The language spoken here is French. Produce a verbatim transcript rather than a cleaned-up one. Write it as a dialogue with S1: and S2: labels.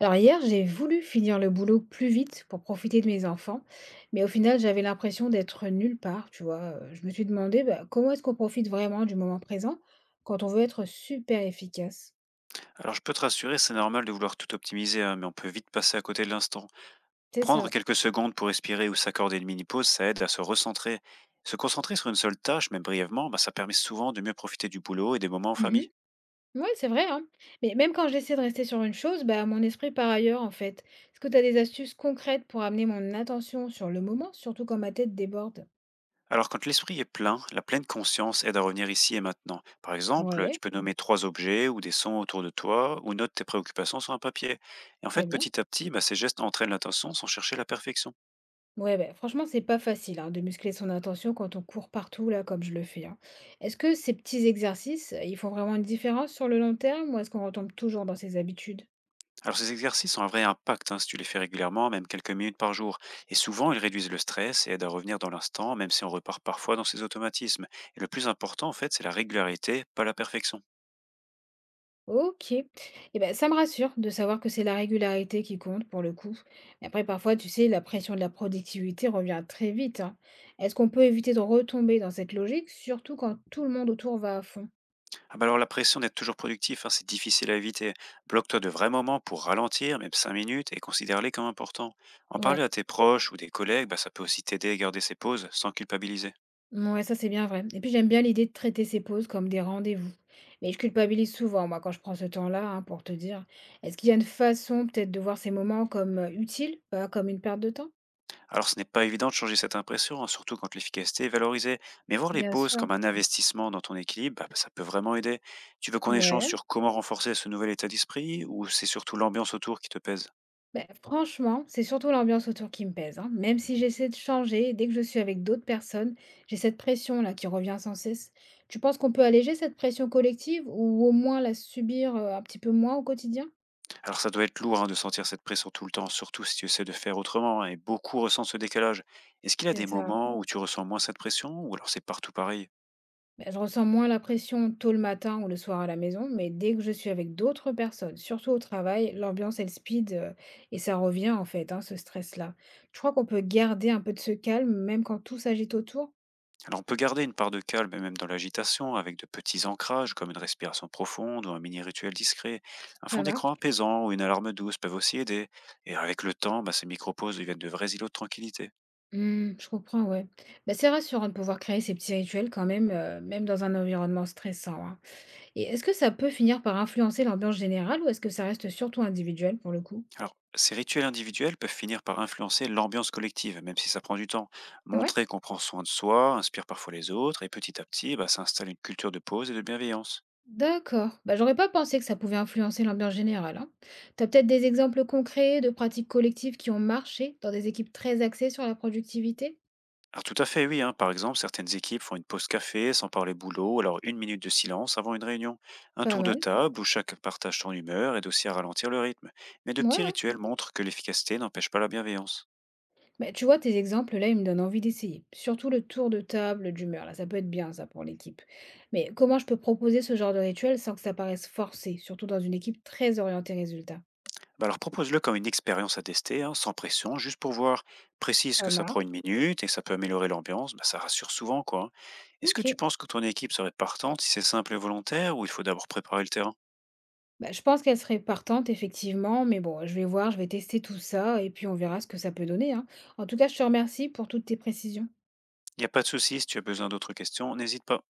S1: Alors hier, j'ai voulu finir le boulot plus vite pour profiter de mes enfants, mais au final, j'avais l'impression d'être nulle part, tu vois. Euh, Je me suis demandé bah, comment est-ce qu'on profite vraiment du moment présent quand on veut être super efficace.
S2: Alors je peux te rassurer, c'est normal de vouloir tout optimiser, hein, mais on peut vite passer à côté de l'instant.
S1: C'est
S2: Prendre
S1: ça.
S2: quelques secondes pour respirer ou s'accorder une mini-pause, ça aide à se recentrer. Se concentrer sur une seule tâche, même brièvement, bah, ça permet souvent de mieux profiter du boulot et des moments en
S1: Mhm.
S2: famille.
S1: Ouais, c'est vrai, hein. Mais même quand j'essaie de rester sur une chose, bah, mon esprit part ailleurs, en fait. Est-ce que tu as des astuces concrètes pour amener mon attention sur le moment, surtout quand ma tête déborde?
S2: Alors quand l'esprit est plein, la pleine conscience aide à revenir ici et maintenant. Par exemple, tu
S1: Ouais,
S2: peux nommer trois objets ou des sons autour de toi, ou note tes préoccupations sur un papier. Et en
S1: très
S2: fait,
S1: bien.
S2: petit à petit, bah, ces gestes entraînent l'attention sans chercher la perfection.
S1: Ouais, ben franchement, c'est pas facile, hein, de muscler son attention quand on court partout, là, comme je le fais, hein. Est-ce que ces petits exercices, euh, ils font vraiment une différence sur le long terme ou est-ce qu'on retombe toujours dans ses habitudes?
S2: Alors ces exercices ont un vrai impact, hein, si tu les fais régulièrement, même quelques minutes par jour. Et souvent, ils réduisent le stress et aident à revenir dans l'instant, même si on repart parfois dans ces automatismes. Et le plus important, en fait, c'est la régularité, pas la perfection.
S1: Ok. Et ben, ça me rassure de savoir que c'est la régularité qui compte pour le coup. Mais après, parfois, tu sais, la pression de la productivité revient très vite, hein. Est-ce qu'on peut éviter de retomber dans cette logique, surtout quand tout le monde autour va à fond?
S2: Ah bah alors la pression d'être toujours productif, hein, c'est difficile à éviter. Bloque-toi de vrais moments pour ralentir, même cinq minutes, et considère-les comme importants. En parler
S1: Ouais.
S2: à tes proches ou des collègues, bah, ça peut aussi t'aider à garder ces pauses sans culpabiliser.
S1: Ouais, ça, c'est bien vrai. Et puis, j'aime bien l'idée de traiter ces pauses comme des rendez-vous. Mais je culpabilise souvent, moi, quand je prends ce temps-là, hein, pour te dire. Est-ce qu'il y a une façon, peut-être, de voir ces moments comme euh, utiles, pas comme une perte de temps?
S2: Alors, ce n'est pas évident de changer cette impression, hein, surtout quand l'efficacité est valorisée. Mais voir les
S1: Bien
S2: pauses
S1: sûr.
S2: comme un investissement dans ton équilibre, bah, bah, ça peut vraiment aider. Tu veux qu'on échange
S1: Ouais.
S2: sur comment renforcer ce nouvel état d'esprit ou c'est surtout l'ambiance autour qui te pèse?
S1: Ben, franchement, c'est surtout l'ambiance autour qui me pèse, hein. Même si j'essaie de changer, dès que je suis avec d'autres personnes, j'ai cette pression-là qui revient sans cesse. Tu penses qu'on peut alléger cette pression collective ou au moins la subir euh, un petit peu moins au quotidien?
S2: Alors, ça doit être lourd, hein, de sentir cette pression tout le temps, surtout si tu essaies de faire autrement, hein, et beaucoup ressentent ce décalage. Est-ce qu'il y a
S1: C'est
S2: des
S1: ça.
S2: moments où tu ressens moins cette pression ou alors c'est partout pareil?
S1: Bah, je ressens moins la pression tôt le matin ou le soir à la maison, mais dès que je suis avec d'autres personnes, surtout au travail, l'ambiance, elle speed euh, et ça revient en fait, hein, ce stress-là. Je crois qu'on peut garder un peu de ce calme, même quand tout s'agite autour.
S2: Alors on peut garder une part de calme et même dans l'agitation avec de petits ancrages comme une respiration profonde ou un mini rituel discret. Un fond
S1: Ça
S2: d'écran
S1: marche?
S2: apaisant ou une alarme douce peuvent aussi aider. Et avec le temps, bah, ces micro-pauses deviennent de vrais îlots de tranquillité.
S1: Hmm, je comprends, ouais. Bah, c'est rassurant de pouvoir créer ces petits rituels quand même, euh, même dans un environnement stressant, hein. Et est-ce que ça peut finir par influencer l'ambiance générale ou est-ce que ça reste surtout individuel pour le coup?
S2: Alors ces rituels individuels peuvent finir par influencer l'ambiance collective, même si ça prend du temps.
S1: Ouais.
S2: Montrer qu'on prend soin de soi inspire parfois les autres et petit à petit, bah, ça installe une culture de pause et de bienveillance.
S1: D'accord. Bah, j'aurais pas pensé que ça pouvait influencer l'ambiance générale, hein. T'as peut-être des exemples concrets de pratiques collectives qui ont marché dans des équipes très axées sur la productivité?
S2: Alors tout à fait, oui, hein. Par exemple, certaines équipes font une pause café sans parler boulot, alors une minute de silence avant une réunion, un
S1: Pas
S2: tour de
S1: mal.
S2: table où chacun partage son humeur aide aussi à ralentir le rythme. Mais de petits
S1: Ouais, ouais.
S2: rituels montrent que l'efficacité n'empêche pas la bienveillance.
S1: Bah, tu vois, tes exemples là, ils me donnent envie d'essayer. Surtout le tour de table d'humeur, là, ça peut être bien ça pour l'équipe. Mais comment je peux proposer ce genre de rituel sans que ça paraisse forcé, surtout dans une équipe très orientée résultat?
S2: Bah alors propose-le comme une expérience à tester, hein, sans pression, juste pour voir. Précise que
S1: Ça
S2: ça prend une
S1: marche.
S2: minute et que ça peut améliorer l'ambiance, bah, ça rassure souvent, quoi, hein. Est-ce que
S1: Ok.
S2: tu penses que ton équipe serait partante si c'est simple et volontaire ou il faut d'abord préparer le terrain?
S1: Bah, je pense qu'elle serait partante effectivement, mais bon, je vais voir, je vais tester tout ça et puis on verra ce que ça peut donner, hein. En tout cas, je te remercie pour toutes tes précisions.
S2: Il n'y a pas de souci, si tu as besoin d'autres questions, n'hésite pas.